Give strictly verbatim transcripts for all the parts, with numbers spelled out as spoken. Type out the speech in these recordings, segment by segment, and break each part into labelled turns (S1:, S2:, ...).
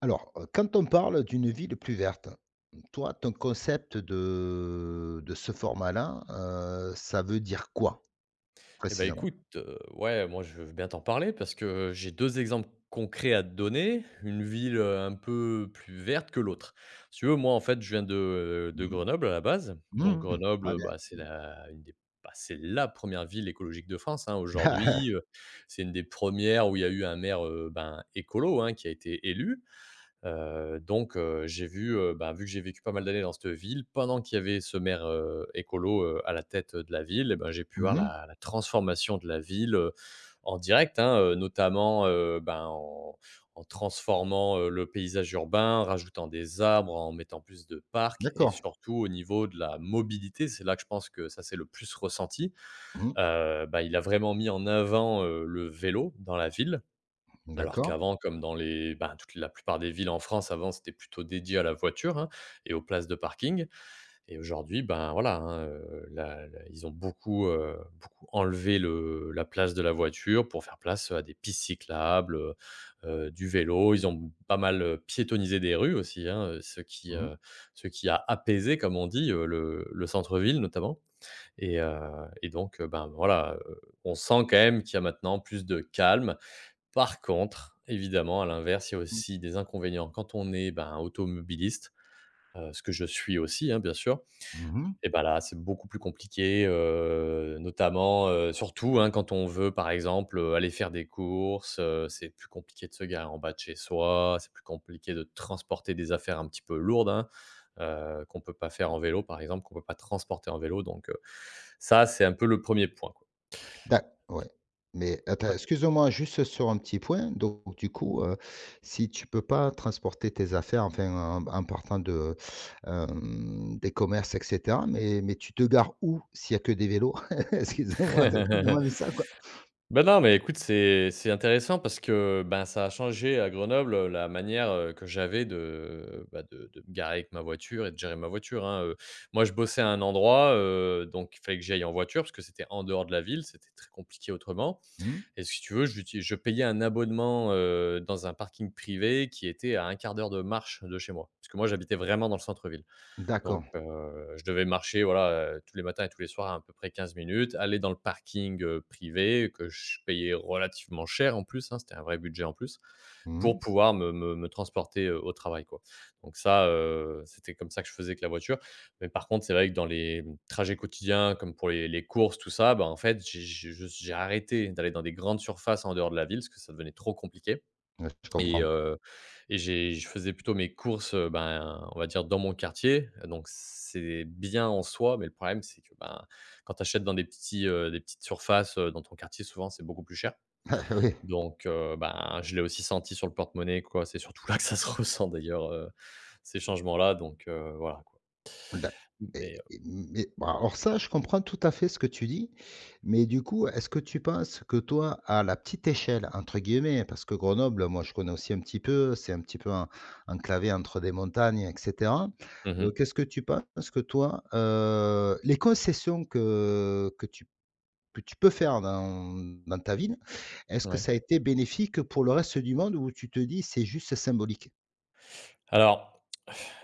S1: Alors, heu, quand on parle d'une ville plus verte, toi, ton concept de de ce format-là, heu, ça veut dire quoi
S2: Eh ben
S1: précisément?
S2: écoute, heu, ouais, moi, je veux bien t'en parler parce que j'ai deux exemples concrets à te donner, une ville, heu, un peu plus verte que l'autre. Si tu veux, moi, en fait, je viens de euh, de
S1: Mmh mh.
S2: Grenoble à la base. Donc
S1: Mmh. Ah
S2: Grenoble,
S1: bien.
S2: bah, c'est la une des bah, c'est la première ville écologique de France, hein, aujourd'hui. Heu, c'est une des premières où il y a eu un maire, heu, ben, écolo, hein, qui a été élu. Heu, donc heu, j'ai vu, heu, bah, vu que j'ai vécu pas mal d'années dans cette ville, pendant qu'il y avait ce maire, heu, écolo, heu, à la tête de la ville. Et ben, j'ai pu voir
S1: Mmh.
S2: la la transformation de la ville, heu, en direct, hein, heu, notamment, heu, ben, en en transformant, heu, le paysage urbain, en rajoutant des arbres, en mettant plus de parcs et
S1: D'accord.
S2: surtout au niveau de la mobilité. C'est là que je pense que ça s'est le plus ressenti.
S1: Mmh.
S2: Heu, bah, il a vraiment mis en avant, heu, le vélo dans la ville. Alors
S1: D'accord.
S2: qu'avant, comme dans les ben, toute la plupart des villes en France, avant, c'était plutôt dédié à la voiture, hein, et aux places de parking. Et aujourd'hui, ben, voilà, hein, heu, la la ils ont beaucoup, heu, beaucoup enlevé le la place de la voiture pour faire place à des pistes cyclables, heu heu, du vélo. Ils ont pas mal, heu, piétonnisé des rues aussi, hein, heu, ce qui,
S1: Mmh.
S2: heu, ce qui a apaisé, comme on dit, heu, le le centre-ville notamment. Et heu et donc, heu, ben, voilà, heu, on sent quand même qu'il y a maintenant plus de calme. Par contre, évidemment, à l'inverse, il y a
S1: Mmh.
S2: aussi des inconvénients. Quand on est, ben, automobiliste, heu, ce que je suis aussi, hein, bien sûr,
S1: Mmh.
S2: et ben là, c'est beaucoup plus compliqué, heu, notamment, heu, surtout, hein, quand on veut, par exemple, heu, aller faire des courses. Heu, c'est plus compliqué de se garer en bas de chez soi, c'est plus compliqué de transporter des affaires un petit peu lourdes, hein, heu, qu'on peut pas faire en vélo, par exemple, qu'on peut pas transporter en vélo. Donc heu, ça, c'est un peu le premier point, quoi.
S1: D'ac, ouais. Mais attends, excuse-moi juste sur un petit point. Donc du coup, heu, si tu peux pas transporter tes affaires, enfin, en en partant de, hem, des commerces et cetera, mais mais tu te gares où s'il y a que des vélos? Excuse-moi de te demander ça, quoi.
S2: Ben, non, mais écoute, c'est c'est intéressant parce que, ben, ça a changé à Grenoble, heu, la manière, heu, que j'avais de, bah, de de me garer avec ma voiture et de gérer ma voiture, hein. heu. Moi, je bossais à un endroit, heu, donc il fallait que j'aille en voiture parce que c'était en dehors de la ville, c'était très compliqué autrement.
S1: Mmh.
S2: Et si tu veux, j'uti je payais un abonnement, heu, dans un parking privé qui était à un quart d'heure de marche de chez moi. Parce que moi, j'habitais vraiment dans le centre-ville. Donc
S1: D'accord.
S2: heu, je devais marcher, voilà, heu, tous les matins et tous les soirs à à peu près quinze minutes, aller dans le parking, heu, privé, que je payais relativement cher en plus, hein, c'était un vrai budget en plus,
S1: Mmh
S2: pour
S1: mh.
S2: pouvoir me me me transporter, heu, au travail, quoi. Donc ça, heu, c'était comme ça que je faisais avec la voiture. Mais par contre, c'est vrai que dans les, mmh, trajets quotidiens comme pour les les courses, tout ça, bah, en fait, j'ai j'ai j'ai arrêté d'aller dans des grandes surfaces en dehors de la ville parce que ça devenait trop compliqué.
S1: Ouais, je
S2: Et
S1: comprends.
S2: heu et j'ai je faisais plutôt mes courses, heu, ben, on va dire dans mon quartier, donc c'est bien en soi, mais le problème c'est que, ben, quand tu achètes dans des petits, heu, des petites surfaces, heu, dans ton quartier, souvent c'est beaucoup plus cher.
S1: Ah oui.
S2: Donc heu, ben, je l'ai aussi senti sur le porte-monnaie, quoi. C'est surtout là que ça se ressent d'ailleurs, heu, ces changements-là, donc heu, voilà, quoi.
S1: D'a et
S2: Mais heu,
S1: et mais bah, alors ça, je comprends tout à fait ce que tu dis, mais du coup, est-ce que tu penses que toi, à la «petite échelle» entre guillemets, parce que Grenoble, moi, je connais aussi un petit peu, c'est un petit peu en enclavé entre des montagnes et cetera.
S2: mmh
S1: Donc est-ce que tu penses que toi, heu, les concessions que que tu que tu peux faire dans dans ta ville, est-ce que
S2: ouais.
S1: ça a été bénéfique pour le reste du monde ou tu te dis: «C'est juste symbolique»?
S2: Alors,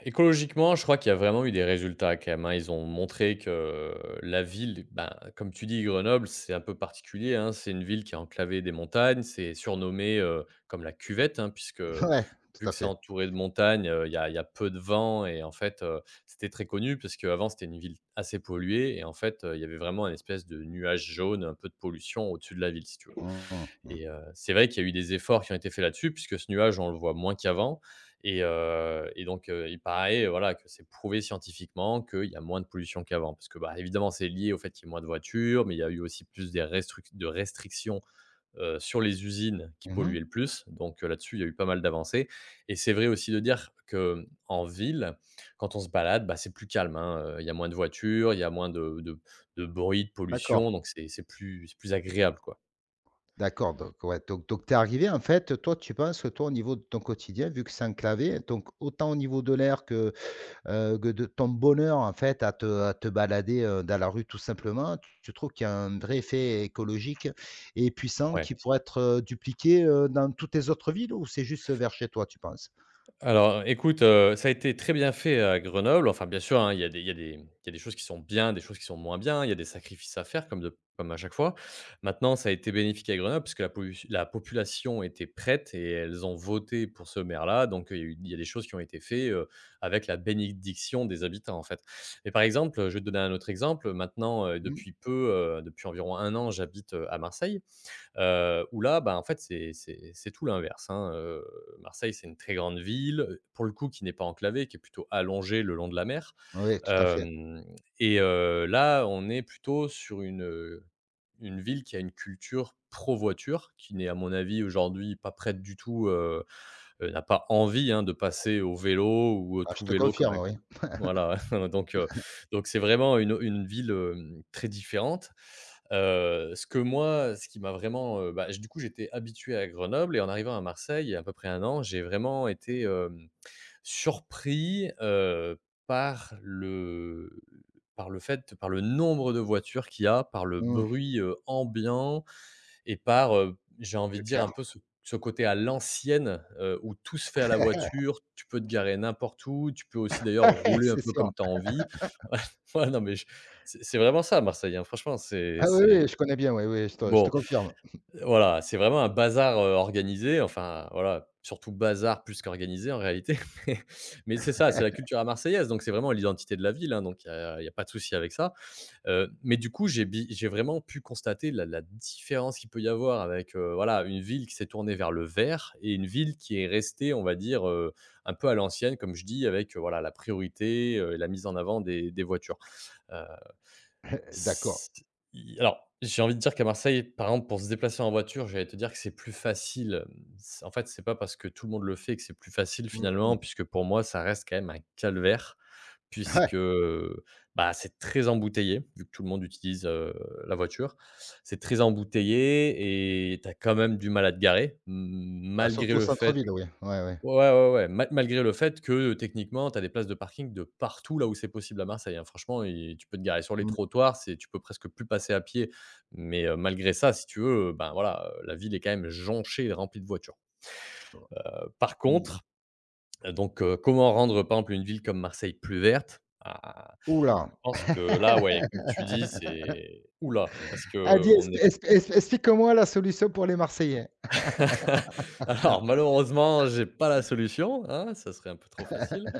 S2: écologiquement, je crois qu'il y a vraiment eu des résultats quand même, hein. Ils ont montré que la ville, ben, comme tu dis, Grenoble, c'est un peu particulier, hein. C'est une ville qui est enclavée des montagnes. C'est surnommé, heu, comme la cuvette, hein, puisque
S1: Ouais, tout
S2: vu
S1: à
S2: que c'est
S1: fait.
S2: entouré de montagnes, heu, il y a il y a peu de vent. Et en fait, heu, c'était très connu parce qu'avant c'était une ville assez polluée. Et en fait, heu, il y avait vraiment une espèce de nuage jaune, un peu de pollution au-dessus de la ville, si tu veux.
S1: Mmh mh.
S2: Et heu, c'est vrai qu'il y a eu des efforts qui ont été faits là-dessus puisque ce nuage, on le voit moins qu'avant. Et heu et donc heu, il paraît, euh, voilà, que c'est prouvé scientifiquement qu'il y a moins de pollution qu'avant. Parce que, bah, évidemment, c'est lié au fait qu'il y ait moins de voitures, mais il y a eu aussi plus des restruc de restrictions, heu, sur les usines qui
S1: Mmh.
S2: polluaient le plus. Donc heu, là-dessus, il y a eu pas mal d'avancées. Et c'est vrai aussi de dire que en ville, quand on se balade, bah, c'est plus calme, hein, heu, il y a moins de voitures, il y a moins de de de bruit, de
S1: D'accord.
S2: pollution, donc c'est c'est plus c'est plus agréable, quoi.
S1: D'accord, donc ouais, donc donc tu arrivé en fait, toi tu penses que toi au niveau de ton quotidien, vu que c'est enclavé, donc autant au niveau de l'air que, heu, que de ton bonheur, en fait, à te à te balader, heu, dans la rue tout simplement, tu tu trouves qu'il y a un vrai effet écologique et puissant
S2: Ouais.
S1: qui pourrait être, heu, dupliqué, heu, dans toutes tes autres villes ou c'est juste, vers chez toi, tu penses?
S2: Alors écoute, heu, ça a été très bien fait à Grenoble. Enfin bien sûr, hein, il y a des il y a des il y a des choses qui sont bien, des choses qui sont moins bien, il y a des sacrifices à faire comme de comme à chaque fois. Maintenant, ça a été bénéfique à Grenoble puisque la polus la population était prête et elles ont voté pour ce maire-là. Donc heu, il y a eu il y a des choses qui ont été faites, heu, avec la bénédiction des habitants, en fait. Mais par exemple, je vais te donner un autre exemple. Maintenant, heu,
S1: Mmh.
S2: depuis peu, heu, depuis environ un an, j'habite, heu, à Marseille. Heu, où là, bah, en fait, c'est c'est c'est tout l'inverse, hein. heu, Marseille, c'est une très grande ville, pour le coup, qui n'est pas enclavée, qui est plutôt allongée le long de la mer.
S1: Oui, tout à fait.
S2: Hem et heu, là, on est plutôt sur une, une ville qui a une culture pro voiture, qui n'est, à mon avis, aujourd'hui, pas prête du tout, heu heu, n'a pas envie, hein, de passer au vélo ou au
S1: Ah, je te
S2: tout-vélo comme à
S1: confirme, oui.
S2: voilà. Donc heu, donc c'est vraiment une une ville, hem, très différente. Heu, ce que moi, ce qui m'a vraiment, heu, bah, j du coup, j'étais habitué à Grenoble et en arrivant à Marseille, il y a à peu près un an, j'ai vraiment été, hem, surpris, heu, par le par le fait par le nombre de voitures qu'il y a, par le
S1: Mmh,
S2: bruit, heu, ambiant, et par, heu, j'ai envie de
S1: c'est
S2: dire un
S1: clair.
S2: peu ce ce côté à l'ancienne, heu, où tout se fait à la voiture, tu peux te garer n'importe où, tu peux aussi d'ailleurs
S1: Ah ouais,
S2: rouler un
S1: c'est
S2: peu
S1: sûr.
S2: comme tu as envie. Ouais, ouais, non mais je c'est c'est vraiment ça Marseille, hein, franchement c'est
S1: Ah oui,
S2: c'est
S1: oui, je connais bien, oui, oui, je te je
S2: bon,
S1: te confirme.
S2: voilà, c'est vraiment un bazar, heu, organisé, enfin voilà, surtout bazar plus qu'organisé en réalité. Mais mais c'est ça, c'est la culture à marseillaise, donc c'est vraiment l'identité de la ville, hein, donc il y a il y a pas de souci avec ça. Heu, mais du coup, j'ai bi j'ai vraiment pu constater la la différence qu'il peut y avoir avec, heu, voilà, une ville qui s'est tournée vers le vert et une ville qui est restée, on va dire, heu, un peu à l'ancienne, comme je dis, avec, heu, voilà, la priorité, euh, et la mise en avant des des voitures.
S1: D'accord.
S2: S Alors, j'ai envie de dire qu'à Marseille, par exemple, pour se déplacer en voiture, j'allais te dire que c'est plus facile. C'est en fait, c'est pas parce que tout le monde le fait que c'est plus facile
S1: Mmh mh.
S2: finalement, puisque pour moi, ça reste quand même un calvaire
S1: Ouais,
S2: puisque, bah, c'est très embouteillé, vu que tout le monde utilise, heu, la voiture. C'est très embouteillé et tu as quand même du mal à te garer, m-
S1: bah,
S2: malgré
S1: surtout au
S2: le fait.
S1: centre-ville, oui. Ouais, ouais.
S2: Ouais, ouais, ouais, ma malgré le fait que, techniquement, tu as des places de parking de partout là où c'est possible à Marseille, hein. Franchement, et tu peux te garer sur les
S1: Mmh
S2: trottoirs, c'est tu peux presque plus passer à pied, mais heu, malgré ça, si tu veux, heu, ben, voilà, heu, la ville est quand même jonchée et remplie de voitures. Heu, par
S1: mh.
S2: contre, heu, donc heu, comment rendre, par exemple, une ville comme Marseille plus verte? Ah, je
S1: Ouh.
S2: pense que là, ouais, comme tu dis, c'est oula parce
S1: Ah
S2: que
S1: dis,
S2: on
S1: expli
S2: est.
S1: expli expli explique-moi la solution pour les Marseillais.
S2: Alors malheureusement, j'ai pas la solution, hein, ça serait un peu trop facile.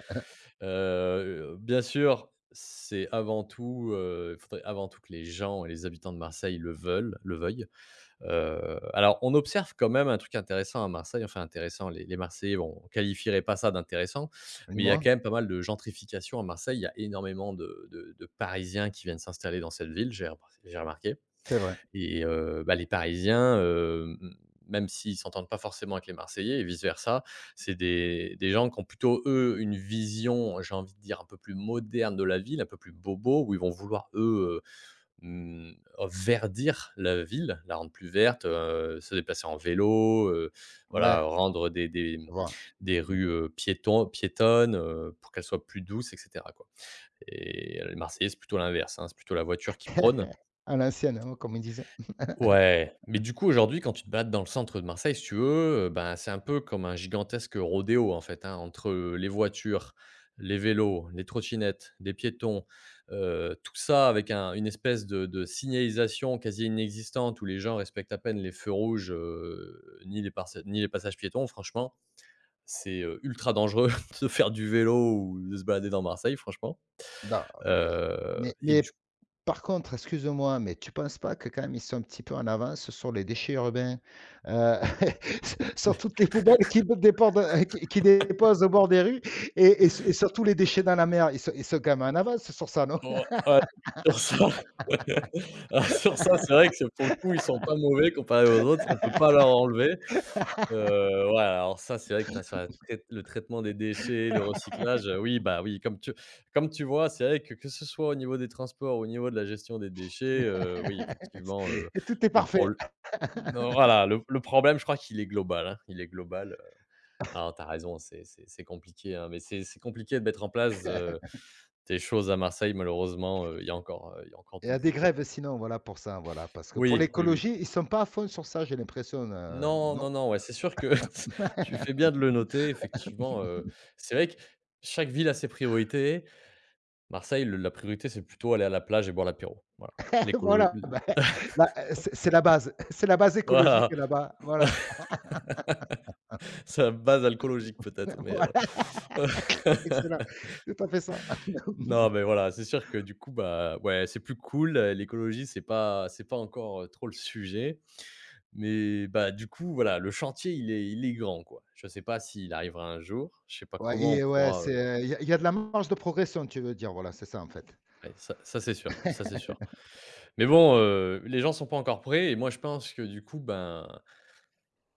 S2: Heu, bien sûr, c'est avant tout, heu, il faudrait avant tout que les gens et les habitants de Marseille le veulent le veuillent. Heu, alors on observe quand même un truc intéressant à Marseille, enfin intéressant, les les Marseillais, bon, on qualifierait pas ça d'intéressant, mais il y a
S1: Dis-moi?
S2: quand même pas mal de gentrification à Marseille. Il y a énormément de de de Parisiens qui viennent s'installer dans cette ville, j'ai j'ai remarqué.
S1: C'est vrai.
S2: Et heu, bah, les Parisiens, heu, m même s'ils s'entendent pas forcément avec les Marseillais et vice versa, c'est des des gens qui ont plutôt, eux, une vision, j'ai envie de dire, un peu plus moderne de la ville, un peu plus bobo, où ils vont vouloir, eux, heu, mmh, oh, verdir la ville, la rendre plus verte, heu, se déplacer en vélo, heu, voilà,
S1: Ouais,
S2: rendre des des, mmh,
S1: je vois.
S2: des rues, heu, piéton piétonnes, heu, pour qu'elles soient plus douces et cetera, quoi. Et les Marseillais, c'est plutôt l'inverse, hein, c'est plutôt la voiture qui prône.
S1: À l'ancienne, hein, comme ils disent.
S2: Ouais, mais du coup, aujourd'hui, quand tu te balades dans le centre de Marseille, si tu veux, heu, ben, c'est un peu comme un gigantesque rodéo, en fait, hein, entre, heu, les voitures, les vélos, les trottinettes, les piétons, heu, tout ça avec un une espèce de de signalisation quasi inexistante où les gens respectent à peine les feux rouges, heu, ni les parce ni les passages piétons. Franchement, c'est, heu, ultra dangereux de faire du vélo ou de se balader dans Marseille, franchement,
S1: Non. mais
S2: heu
S1: mais
S2: et
S1: mais
S2: du
S1: Par contre, excuse-moi, mais tu penses pas que quand même ils sont un petit peu en avance sur les déchets urbains? Heu, sur toutes les poubelles qui dépendent, heu, qui qui déposent au bord des rues et et su et surtout les déchets dans la mer, ils sont ils sont quand même en avance sur ça, non?
S2: bon, ouais, sur ça. alors sur ça, c'est vrai que pour le coup, ils sont pas mauvais comparés aux autres, on peut pas leur enlever. Heu, ouais, alors ça, c'est vrai que tu as sur la trai le traitement des déchets, le recyclage, heu, oui, bah, oui, comme tu comme tu vois, c'est vrai que, que ce soit au niveau des transports, au niveau de la gestion des déchets, heu, oui, effectivement, heu,
S1: Et Tout est
S2: le
S1: parfait.
S2: prol non, voilà, le le problème, je crois qu'il est global, hein, il est global. Euh, alors, t'as raison, c'est c'est c'est compliqué, hein, mais c'est c'est compliqué de mettre en place, heu, des choses à Marseille malheureusement, heu, il y a encore, heu, il y a encore
S1: Il
S2: du
S1: y a des
S2: boulot, quoi.
S1: grèves sinon, voilà pour ça, voilà, parce que pour
S2: Oui, oui, oui.
S1: l'écologie, ils sont pas à fond sur ça, j'ai l'impression, heu,
S2: Non,
S1: non?
S2: non, non, ouais, c'est sûr que tu fais bien de le noter effectivement. Heu, c'est vrai que chaque ville a ses priorités. Marseille, le la priorité, c'est plutôt aller à la plage et boire l'apéro, voilà. L'écolo
S1: Voilà, bah, là, c'est c'est la base, c'est la base écologique
S2: Voilà,
S1: là-bas, voilà.
S2: c'est la base alcoolologique peut-être, mais heu
S1: Voilà. Excellent. Tout à fait ça.
S2: non, mais voilà, c'est sûr que du coup, bah, ouais, c'est plus cool, heu, l'écologie, c'est pas c'est pas encore, heu, trop le sujet, mais bah, du coup, voilà, le chantier, il est il est grand, quoi. Je sais pas s'il arrivera un jour, je sais pas
S1: Ouais
S2: comment on
S1: et euh, ouais,
S2: pourra.
S1: c'est
S2: Heu
S1: euh, il y a il y a de la marge de progression, tu veux dire, voilà, c'est ça, en fait.
S2: ouais, ça ça c'est sûr, ça c'est sûr. Mais bon, heu, les gens sont pas encore prêts et moi je pense que du coup, ben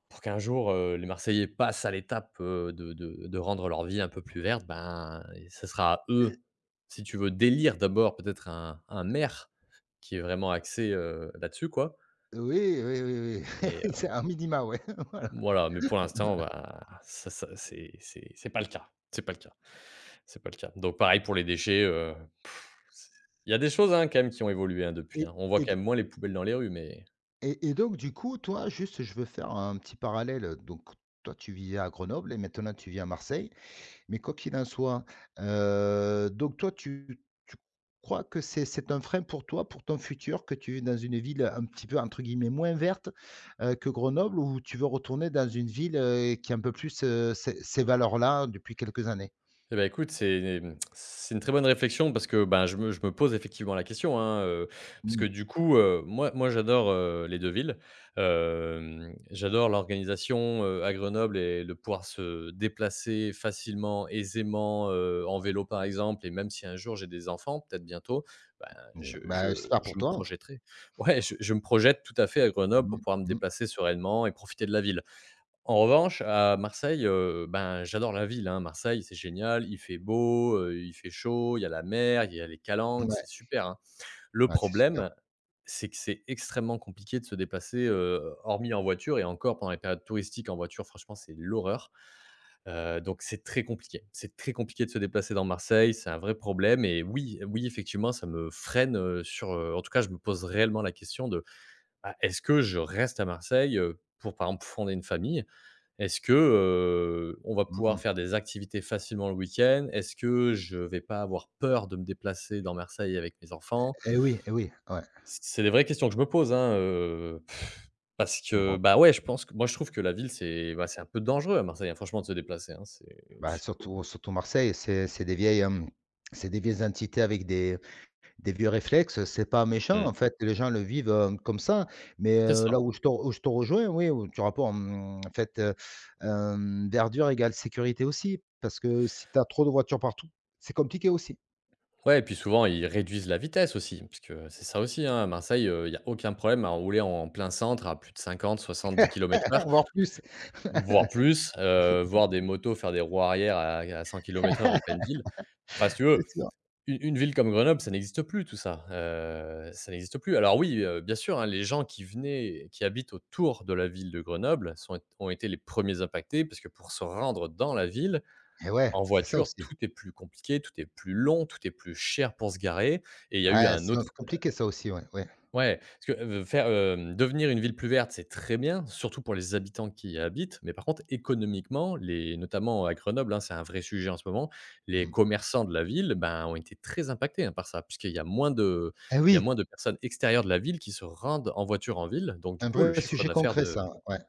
S2: pour qu'un jour, heu, les Marseillais passent à l'étape, heu, de de de rendre leur vie un peu plus verte, ben, et ce sera à eux, si tu veux, d'élire d'abord peut-être un un maire qui est vraiment axé, heu, là-dessus, quoi.
S1: Oui, oui, oui,
S2: Mais,
S1: oui.
S2: heu,
S1: C'est un minima, ouais
S2: voilà, mais pour l'instant, bah, ça ça c'est c'est c'est pas le cas, c'est pas le cas, c'est pas le cas. Donc pareil pour les déchets. Heu, c Il y a des choses, hein, quand même qui ont évolué, hein, depuis,
S1: et
S2: hein. On voit quand
S1: et
S2: même moins les poubelles dans les rues, mais
S1: et et donc du coup, toi, juste, je veux faire un petit parallèle, donc toi, tu vivais à Grenoble et maintenant tu vis à Marseille. Mais quoi qu'il en soit, heu, donc toi tu tu crois que c'est c'est un frein pour toi, pour ton futur, que tu vis dans une ville un petit peu entre guillemets «moins verte», heu, que Grenoble ou tu veux retourner dans une ville, heu, qui a un peu plus, heu, ces ces valeurs-là depuis quelques années?
S2: eh ben, écoute, c'est mmh, c'est une très bonne réflexion parce que, ben, je me je me pose effectivement la question, hein, heu, parce que
S1: Mmh,
S2: du coup, heu, moi moi j'adore, heu, les deux villes. Hem, j'adore l'organisation, heu, à Grenoble et le pouvoir se déplacer facilement, aisément, heu, en vélo par exemple et même si un jour j'ai des enfants, peut-être bientôt, ben,
S1: heu,
S2: je
S1: bah,
S2: je
S1: j'espère pour
S2: je me
S1: toi, ouais.
S2: projetterai ouais, je je me projette tout à fait à Grenoble pour
S1: Mmh,
S2: pouvoir me
S1: mmh,
S2: déplacer sereinement et profiter de la ville. En revanche, à Marseille, heu, ben, j'adore la ville, hein. Marseille, c'est génial, il fait beau, heu, il fait chaud, il y a la mer, il y a les calanques, c'est
S1: ouais,
S2: super, hein. Le
S1: ouais, c'est super.
S2: problème, c'est que c'est extrêmement compliqué de se déplacer, heu, hormis en voiture et encore pendant les périodes touristiques en voiture, franchement, c'est l'horreur. Heu, donc c'est très compliqué. C'est très compliqué de se déplacer dans Marseille, c'est un vrai problème et oui, oui, effectivement, ça me freine, heu, sur, heu en tout cas, je me pose réellement la question de: «Ah, est-ce que je reste à Marseille, heu, pour, par exemple, fonder une famille?» Est-ce que, heu, on va
S1: Mmh
S2: pouvoir
S1: mh.
S2: faire des activités facilement le week-end? Est-ce que je vais pas avoir peur de me déplacer dans Marseille avec mes enfants?
S1: Eh oui, eh oui, ouais.
S2: C'est des vraies questions que je me pose, hein. Heu, parce que,
S1: Bon,
S2: bah, ouais, je pense que moi, je trouve que la ville, c'est, bah, c'est un peu dangereux à Marseille, hein, franchement, de se déplacer, hein, c'est
S1: bah,
S2: c'est
S1: surtout surtout Marseille, c'est c'est des vieilles, hem, c'est des vieilles entités avec des Des vieux réflexes, c'est pas méchant,
S2: mmh,
S1: en fait, les gens le vivent, heu, comme ça, mais
S2: c'est
S1: heu,
S2: ça.
S1: là où je te où je te rejoins, oui, où tu rapport, mmh, en fait, heu, hem, verdure égale sécurité aussi, parce que si tu as trop de voitures partout, c'est compliqué aussi,
S2: Ouais et puis souvent, ils réduisent la vitesse aussi, parce que c'est ça aussi, hein, à Marseille, il y a aucun problème à rouler en plein centre à plus de cinquante, soixante-dix kilomètres heure.
S1: voire plus.
S2: Voire plus, heu, voir des motos faire des roues arrière à à cent kilomètres/h en pleine ville. Enfin, si tu veux,
S1: C'est sûr.
S2: u une ville comme Grenoble, ça n'existe plus tout ça, heu, ça n'existe plus. Alors oui, heu, bien sûr, hein, les gens qui venaient qui habitent autour de la ville de Grenoble sont ont été les premiers impactés parce que pour se rendre dans la ville,
S1: Et ouais,
S2: en
S1: c'est ça
S2: voiture,
S1: aussi.
S2: tout est plus compliqué, tout est plus long, tout est plus cher pour se garer et il y a eu
S1: Ouais,
S2: un
S1: c'est un
S2: autre
S1: peu compliqué ça aussi, ouais, ouais.
S2: ouais, parce que, heu, faire, hem, devenir une ville plus verte, c'est très bien, surtout pour les habitants qui y habitent. Mais par contre, économiquement, les notamment à Grenoble, hein, c'est un vrai sujet en ce moment. Les
S1: Mmh.
S2: commerçants de la ville, ben, ont été très impactés, hein, par ça, puisqu'il y a moins de
S1: Et
S2: il y a
S1: oui,
S2: moins de personnes extérieures de la ville qui se rendent en voiture en ville. Donc du
S1: un
S2: coup, le
S1: vrai
S2: chiffre
S1: sujet
S2: d'affaires
S1: concret ça,
S2: de
S1: ouais.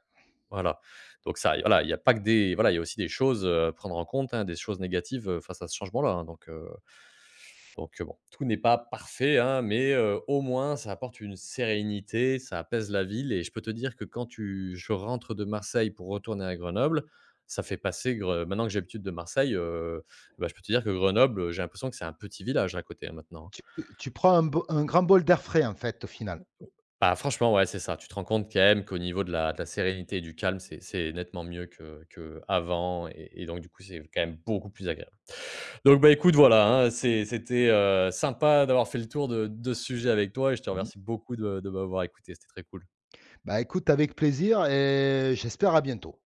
S2: Voilà. Donc ça, voilà, il y a pas que des voilà, il y a aussi des choses, heu, à prendre en compte, hein, des choses négatives, heu, face à ce changement-là, hein. Donc heu donc heu, bon, tout n'est pas parfait, hein, mais heu, au moins ça apporte une sérénité, ça apaise la ville et je peux te dire que quand tu je rentre de Marseille pour retourner à Grenoble, ça fait passer Gre maintenant que j'ai l'habitude de Marseille, heu, bah, je peux te dire que Grenoble, j'ai l'impression que c'est un petit village à côté, hein, maintenant,
S1: Tu
S2: hein.
S1: tu prends un bo un grand bol d'air frais, en fait, au final.
S2: Bah, franchement, ouais, c'est ça. Tu te rends compte quand même qu'au niveau de la de la sérénité et du calme, c'est c'est nettement mieux que que avant, et et donc du coup, c'est quand même beaucoup plus agréable. Donc, bah, écoute, voilà, hein, c'est c'était, heu, sympa d'avoir fait le tour de de ce sujet avec toi et je te
S1: Mmh.
S2: remercie beaucoup de de m'avoir écouté. C'était très cool.
S1: Bah, écoute avec plaisir et j'espère à bientôt.